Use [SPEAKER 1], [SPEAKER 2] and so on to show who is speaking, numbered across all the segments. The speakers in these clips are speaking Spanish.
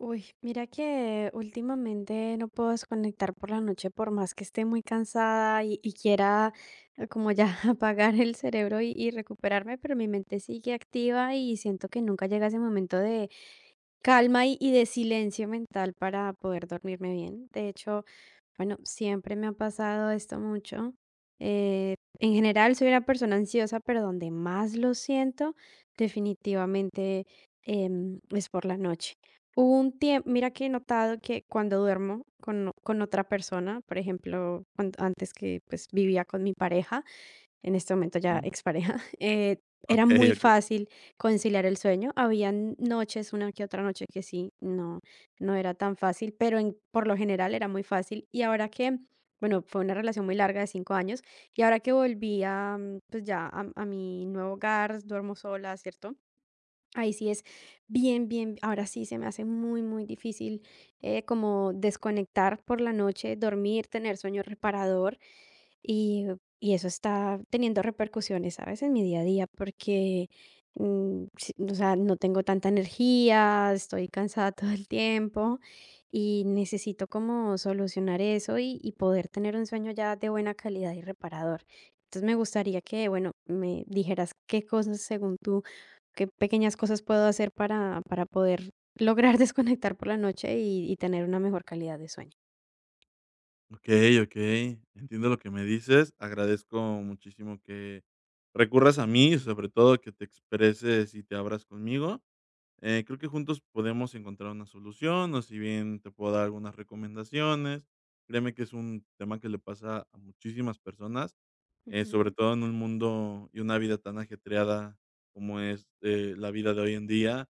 [SPEAKER 1] Uy, mira que últimamente no puedo desconectar por la noche por más que esté muy cansada y quiera como ya apagar el cerebro y recuperarme, pero mi mente sigue activa y siento que nunca llega ese momento calma y de silencio mental para poder dormirme bien. De hecho, bueno, siempre me ha pasado esto mucho. En general soy una persona ansiosa, pero donde más lo siento definitivamente es por la noche. Hubo un tiempo, mira que he notado que cuando duermo con otra persona, por ejemplo, antes que pues vivía con mi pareja, en este momento ya
[SPEAKER 2] Mm,
[SPEAKER 1] expareja, era
[SPEAKER 2] okey,
[SPEAKER 1] muy
[SPEAKER 2] okey.
[SPEAKER 1] fácil conciliar el sueño. Habían noches, una que otra noche que sí, no, no era tan fácil, pero por lo general era muy fácil. Y ahora que, bueno, fue una relación muy larga de 5 años, y ahora que volví a, pues ya a mi nuevo hogar, duermo sola, ¿cierto? Ahí sí es bien, bien, ahora sí se me hace muy, muy difícil como desconectar por la noche, dormir, tener sueño reparador y, y eso está teniendo repercusiones, ¿sabes? En mi día a día, porque, sí, o sea, no tengo tanta energía, estoy cansada todo el tiempo y necesito como solucionar eso y poder tener un sueño ya de buena calidad y reparador. Entonces me gustaría que, bueno, me dijeras qué cosas, según tú, qué pequeñas cosas puedo hacer para poder lograr desconectar por la noche y tener una mejor calidad de sueño.
[SPEAKER 2] Okey, okey. Entiendo lo que me dices. Agradezco muchísimo que recurras a mí, sobre todo que te expreses y te abras conmigo. Creo que juntos podemos encontrar una solución, o si bien te puedo dar algunas recomendaciones. Créeme que es un tema que le pasa a muchísimas personas, sobre
[SPEAKER 1] Ujú,
[SPEAKER 2] todo en un mundo y una vida tan ajetreada como es, la vida de hoy en día.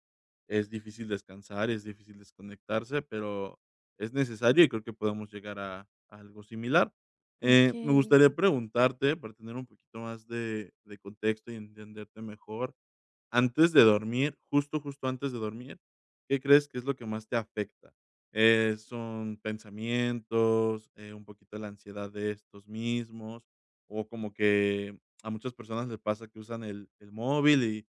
[SPEAKER 2] Es difícil descansar, es difícil desconectarse, pero es necesario y creo que podemos llegar a algo similar. Me
[SPEAKER 1] okey.
[SPEAKER 2] gustaría preguntarte, para tener un poquito más de contexto y entenderte mejor, antes de dormir, justo antes de dormir, ¿qué crees que es lo que más te afecta? ¿Son pensamientos, un poquito la ansiedad de estos mismos? O como que a muchas personas les pasa que usan el móvil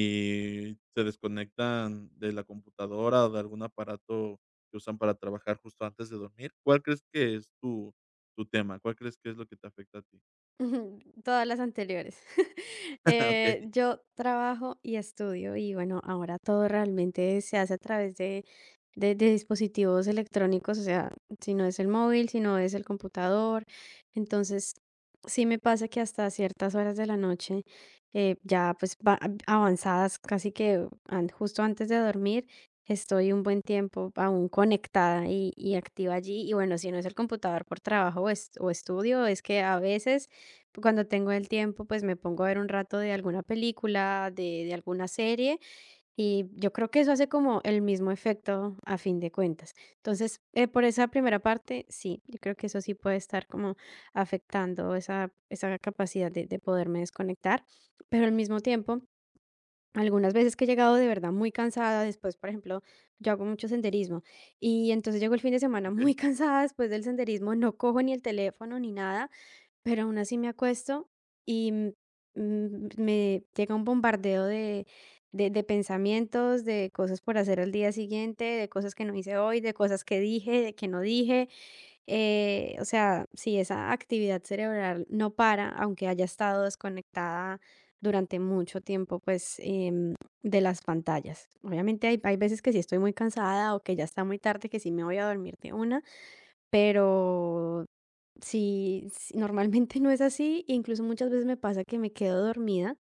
[SPEAKER 2] y se desconectan de la computadora o de algún aparato que usan para trabajar justo antes de dormir. ¿Cuál crees que es tu, tu tema? ¿Cuál crees que es lo que te afecta a ti?
[SPEAKER 1] Ujú, todas las anteriores. Yo trabajo y estudio y bueno, ahora todo realmente se hace a través de dispositivos electrónicos, o sea, si no es el móvil, si no es el computador. Entonces, sí me pasa que hasta ciertas horas de la noche, ya pues avanzadas, casi que justo antes de dormir, estoy un buen tiempo aún conectada y activa allí. Y bueno, si no es el computador por trabajo o, o estudio, es que a veces cuando tengo el tiempo, pues me pongo a ver un rato de alguna película, de alguna serie, y yo creo que eso hace como el mismo efecto a fin de cuentas. Entonces, por esa primera parte, sí, yo creo que eso sí puede estar como afectando esa capacidad de poderme desconectar, pero al mismo tiempo... Algunas veces que he llegado de verdad muy cansada, después, por ejemplo, yo hago mucho senderismo y entonces llego el fin de semana
[SPEAKER 2] Ok, ok,
[SPEAKER 1] muy cansada después del senderismo, no cojo ni el teléfono ni nada, pero aún así me acuesto y, me llega un bombardeo de pensamientos, de cosas por hacer al día siguiente, de cosas que no hice hoy, de cosas que dije, de que no dije. O sea, si esa actividad cerebral no para, aunque haya estado desconectada durante mucho tiempo, pues, de las pantallas. Obviamente, hay veces que sí estoy muy cansada o que ya está muy tarde, que sí me voy a dormir de una, pero sí, sí, normalmente no es así, e incluso muchas veces me pasa que me quedo dormida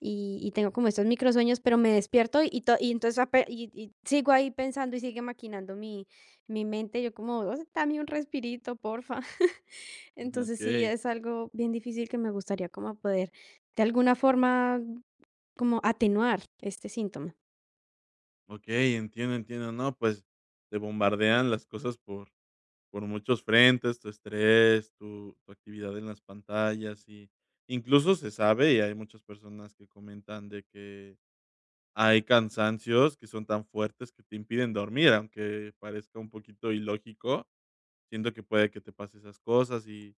[SPEAKER 1] y tengo como estos microsueños, pero me despierto y, y entonces y sigo ahí pensando y sigue maquinando mi, mi mente. Yo como, "Oh, dame un respirito, porfa". Entonces sí,
[SPEAKER 2] ok.
[SPEAKER 1] es algo bien difícil que me gustaría como poder de alguna forma como atenuar este síntoma.
[SPEAKER 2] Okey, entiendo, entiendo. No, pues, te bombardean las cosas por muchos frentes, tu estrés, tu tu actividad en las pantallas, y incluso se sabe, y hay muchas personas que comentan de que hay cansancios que son tan fuertes que te impiden dormir, aunque parezca un poquito ilógico. Siento que puede que te pase esas cosas y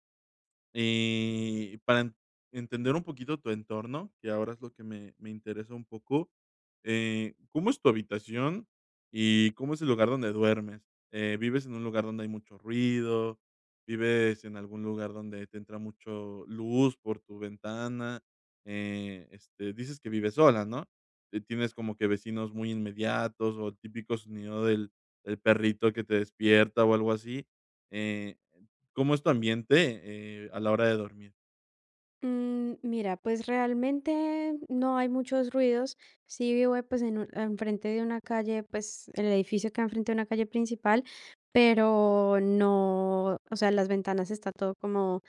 [SPEAKER 2] para en entender un poquito tu entorno, que ahora es lo que me me interesa un poco, ¿cómo es tu habitación y cómo es el lugar donde duermes? ¿Vives en un lugar donde hay mucho ruido? ¿Vives en algún lugar donde te entra mucho luz por tu ventana? Este, dices que vives sola, ¿no? ¿Tienes como que vecinos muy inmediatos o el típico sonido del del perrito que te despierta o algo así? Eh, ¿Cómo es tu ambiente, a la hora de dormir?
[SPEAKER 1] Mm, mira, pues realmente no hay muchos ruidos. Sí vivo, pues en enfrente de una calle, pues el edificio queda enfrente de una calle principal, pero no, o sea, las ventanas está todo como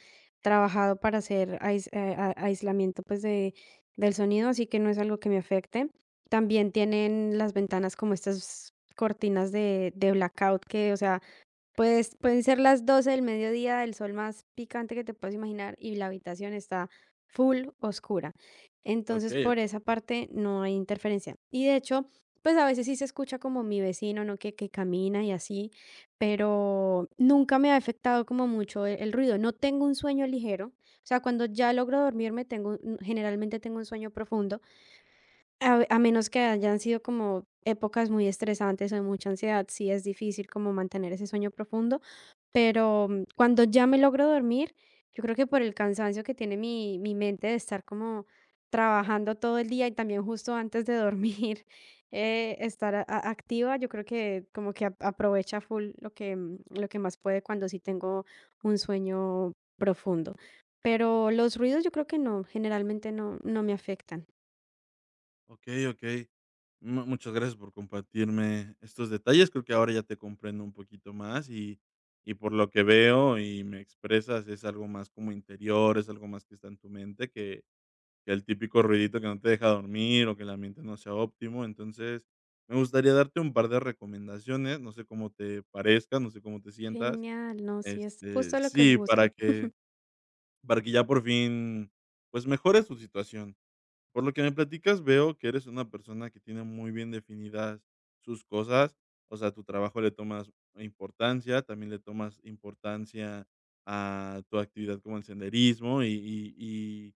[SPEAKER 1] trabajado para hacer aislamiento pues de, del sonido, así que no es algo que me afecte. También tienen las ventanas como estas cortinas de blackout que, o sea, pues, pueden ser las 12 del mediodía, el sol más picante que te puedas imaginar, y la habitación está full oscura. Entonces,
[SPEAKER 2] Okey,
[SPEAKER 1] por
[SPEAKER 2] okey.
[SPEAKER 1] esa parte no hay interferencia. Y de hecho, pues a veces sí se escucha como mi vecino, ¿no? Que camina y así, pero nunca me ha afectado como mucho el ruido. No tengo un sueño ligero. O sea, cuando ya logro dormirme, tengo, generalmente tengo un sueño profundo, a menos que hayan sido como épocas muy estresantes o de mucha ansiedad, sí es difícil como mantener ese sueño profundo, pero, cuando ya me logro dormir, yo creo que por el cansancio que tiene mi mente de estar como trabajando todo el día y también justo antes de dormir, estar a activa, yo creo que como que a aprovecha full lo que, lo que más puede cuando sí tengo un sueño profundo. Pero los ruidos yo creo que no, generalmente no me afectan.
[SPEAKER 2] Okey, okey. Mu muchas gracias por compartirme estos detalles. Creo que ahora ya te comprendo un poquito más y por lo que veo y me expresas, es algo más como interior, es algo más que está en tu mente que el típico ruidito que no te deja dormir o que el ambiente no sea óptimo. Entonces, me gustaría darte un par de recomendaciones, no sé cómo te parezcan, no sé cómo te sientas.
[SPEAKER 1] Genial, no, sí, es
[SPEAKER 2] Este,
[SPEAKER 1] justo lo que
[SPEAKER 2] sí,
[SPEAKER 1] busco.
[SPEAKER 2] para que ya por fin, pues, mejore su situación. Por lo que me platicas, veo que eres una persona que tiene muy bien definidas sus cosas, o sea, a tu trabajo le tomas importancia, también le tomas importancia a tu actividad como el senderismo y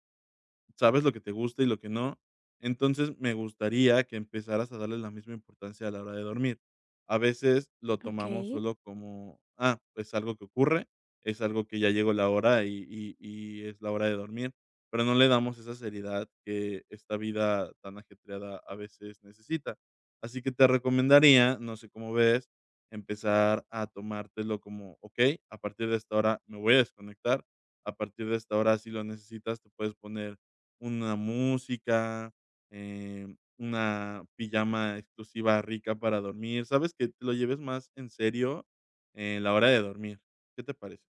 [SPEAKER 2] sabes lo que te gusta y lo que no. Entonces, me gustaría que empezaras a darle la misma importancia a la hora de dormir. A veces lo tomamos
[SPEAKER 1] Okey.
[SPEAKER 2] solo como, ah, es algo que ocurre, es algo que ya llegó la hora y es la hora de dormir, pero no le damos esa seriedad que esta vida tan ajetreada a veces necesita. Así que te recomendaría, no sé cómo ves, empezar a tomártelo como, ok, a partir de esta hora me voy a desconectar, a partir de esta hora si lo necesitas te puedes poner una música, una pijama exclusiva rica para dormir, ¿sabes? Que te lo lleves más en serio en la hora de dormir, ¿qué te parece?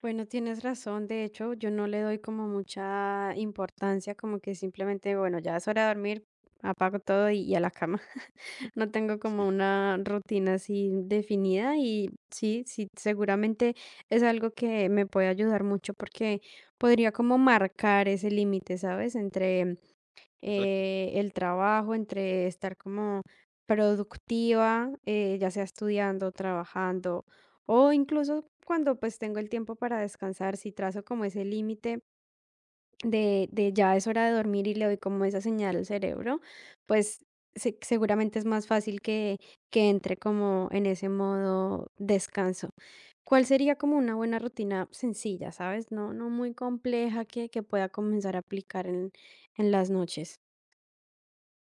[SPEAKER 1] Bueno, tienes razón, de hecho, yo no le doy como mucha importancia, como que simplemente, bueno, ya es hora de dormir, apago todo y a la cama. No tengo como
[SPEAKER 2] Sí,
[SPEAKER 1] una rutina así definida y sí, sí, seguramente es algo que me puede ayudar mucho porque podría como marcar ese límite, ¿sabes? Entre
[SPEAKER 2] exacto.
[SPEAKER 1] el trabajo, entre estar como productiva, ya sea estudiando, trabajando o incluso cuando pues tengo el tiempo para descansar, si trazo como ese límite de ya es hora de dormir y le doy como esa señal al cerebro, pues seguramente es más fácil que entre como en ese modo descanso. ¿Cuál sería como una buena rutina sencilla, sabes? No, no muy compleja que pueda comenzar a aplicar en las noches.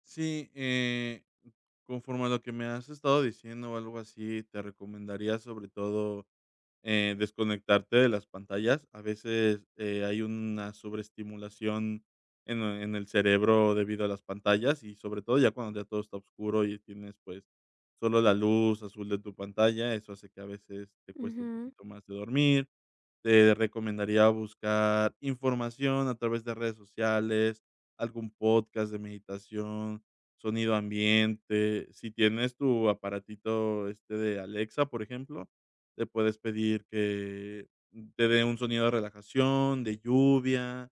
[SPEAKER 2] Sí, conforme a lo que me has estado diciendo o algo así, te recomendaría sobre todo desconectarte de las pantallas. A veces, hay una sobreestimulación en el cerebro debido a las pantallas y, sobre todo, ya cuando ya todo está oscuro y tienes, pues, solo la luz azul de tu pantalla, eso hace que a veces te cueste un poquito más de dormir. Te recomendaría buscar información a través de redes sociales, algún podcast de meditación, sonido ambiente. Si tienes tu aparatito, este, de Alexa, por ejemplo, le puedes pedir que te dé un sonido de relajación, de lluvia.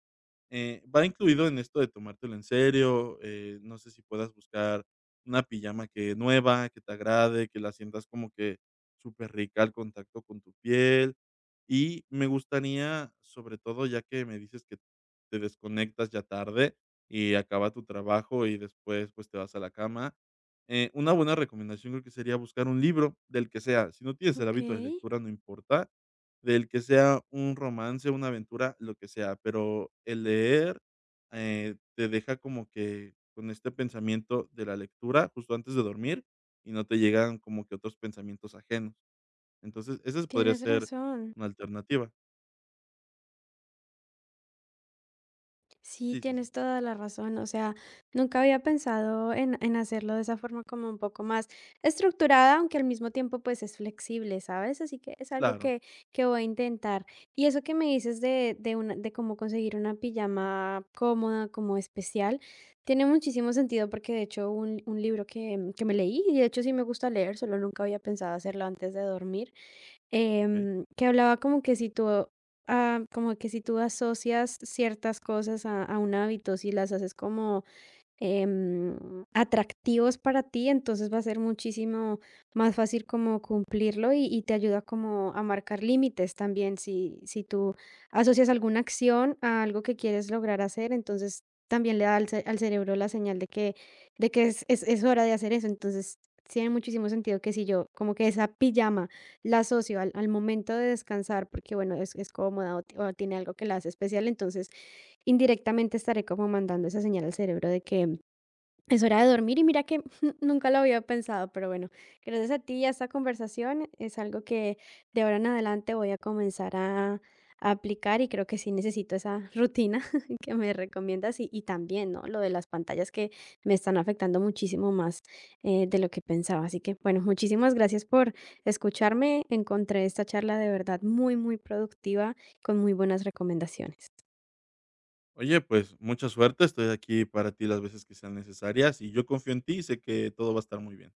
[SPEAKER 2] Va incluido en esto de tomártelo en serio. No sé si puedas buscar una pijama que nueva, que te agrade, que la sientas como que súper rica al contacto con tu piel. Y me gustaría, sobre todo, ya que me dices que te desconectas ya tarde y acaba tu trabajo y después, pues, te vas a la cama, una buena recomendación creo que sería buscar un libro, del que sea. Si no tienes el
[SPEAKER 1] Ok,
[SPEAKER 2] hábito de lectura, no importa, del que sea un romance, una aventura, lo que sea, pero el leer, te deja como que con este pensamiento de la lectura justo antes de dormir y no te llegan como que otros pensamientos ajenos. Entonces, esa podría
[SPEAKER 1] tienes
[SPEAKER 2] ser
[SPEAKER 1] razón.
[SPEAKER 2] una alternativa.
[SPEAKER 1] Sí,
[SPEAKER 2] Sí, sí, sí,
[SPEAKER 1] tienes toda la razón. O sea, nunca había pensado en hacerlo de esa forma como un poco más estructurada, aunque al mismo tiempo pues es flexible, ¿sabes? Así que es algo
[SPEAKER 2] claro,
[SPEAKER 1] que voy a intentar. Y eso que me dices una, de cómo conseguir una pijama cómoda, como especial, tiene muchísimo sentido porque de hecho un libro que me leí, y de hecho sí me gusta leer, solo nunca había pensado hacerlo antes de dormir.
[SPEAKER 2] okey.
[SPEAKER 1] Que hablaba como que si tú, ah, como que si tú asocias ciertas cosas a un hábito, si las haces como atractivos para ti, entonces va a ser muchísimo más fácil como cumplirlo y te ayuda como a marcar límites también. Si tú asocias alguna acción a algo que quieres lograr hacer, entonces también le da al cerebro la señal de que es hora de hacer eso. Entonces tiene muchísimo sentido que si yo como que esa pijama la asocio al momento de descansar, porque bueno, es cómoda o o tiene algo que la hace especial, entonces indirectamente estaré como mandando esa señal al cerebro de que es hora de dormir y mira que nunca lo había pensado, pero bueno, gracias a ti y a esta conversación es algo que de ahora en adelante voy a comenzar a aplicar y creo que sí necesito esa rutina que me recomiendas y también, ¿no? Lo de las pantallas que me están afectando muchísimo más, de lo que pensaba. Así que bueno, muchísimas gracias por escucharme. Encontré esta charla de verdad muy, muy productiva con muy buenas recomendaciones.
[SPEAKER 2] Oye, pues mucha suerte, estoy aquí para ti las veces que sean necesarias y yo confío en ti y sé que todo va a estar muy bien.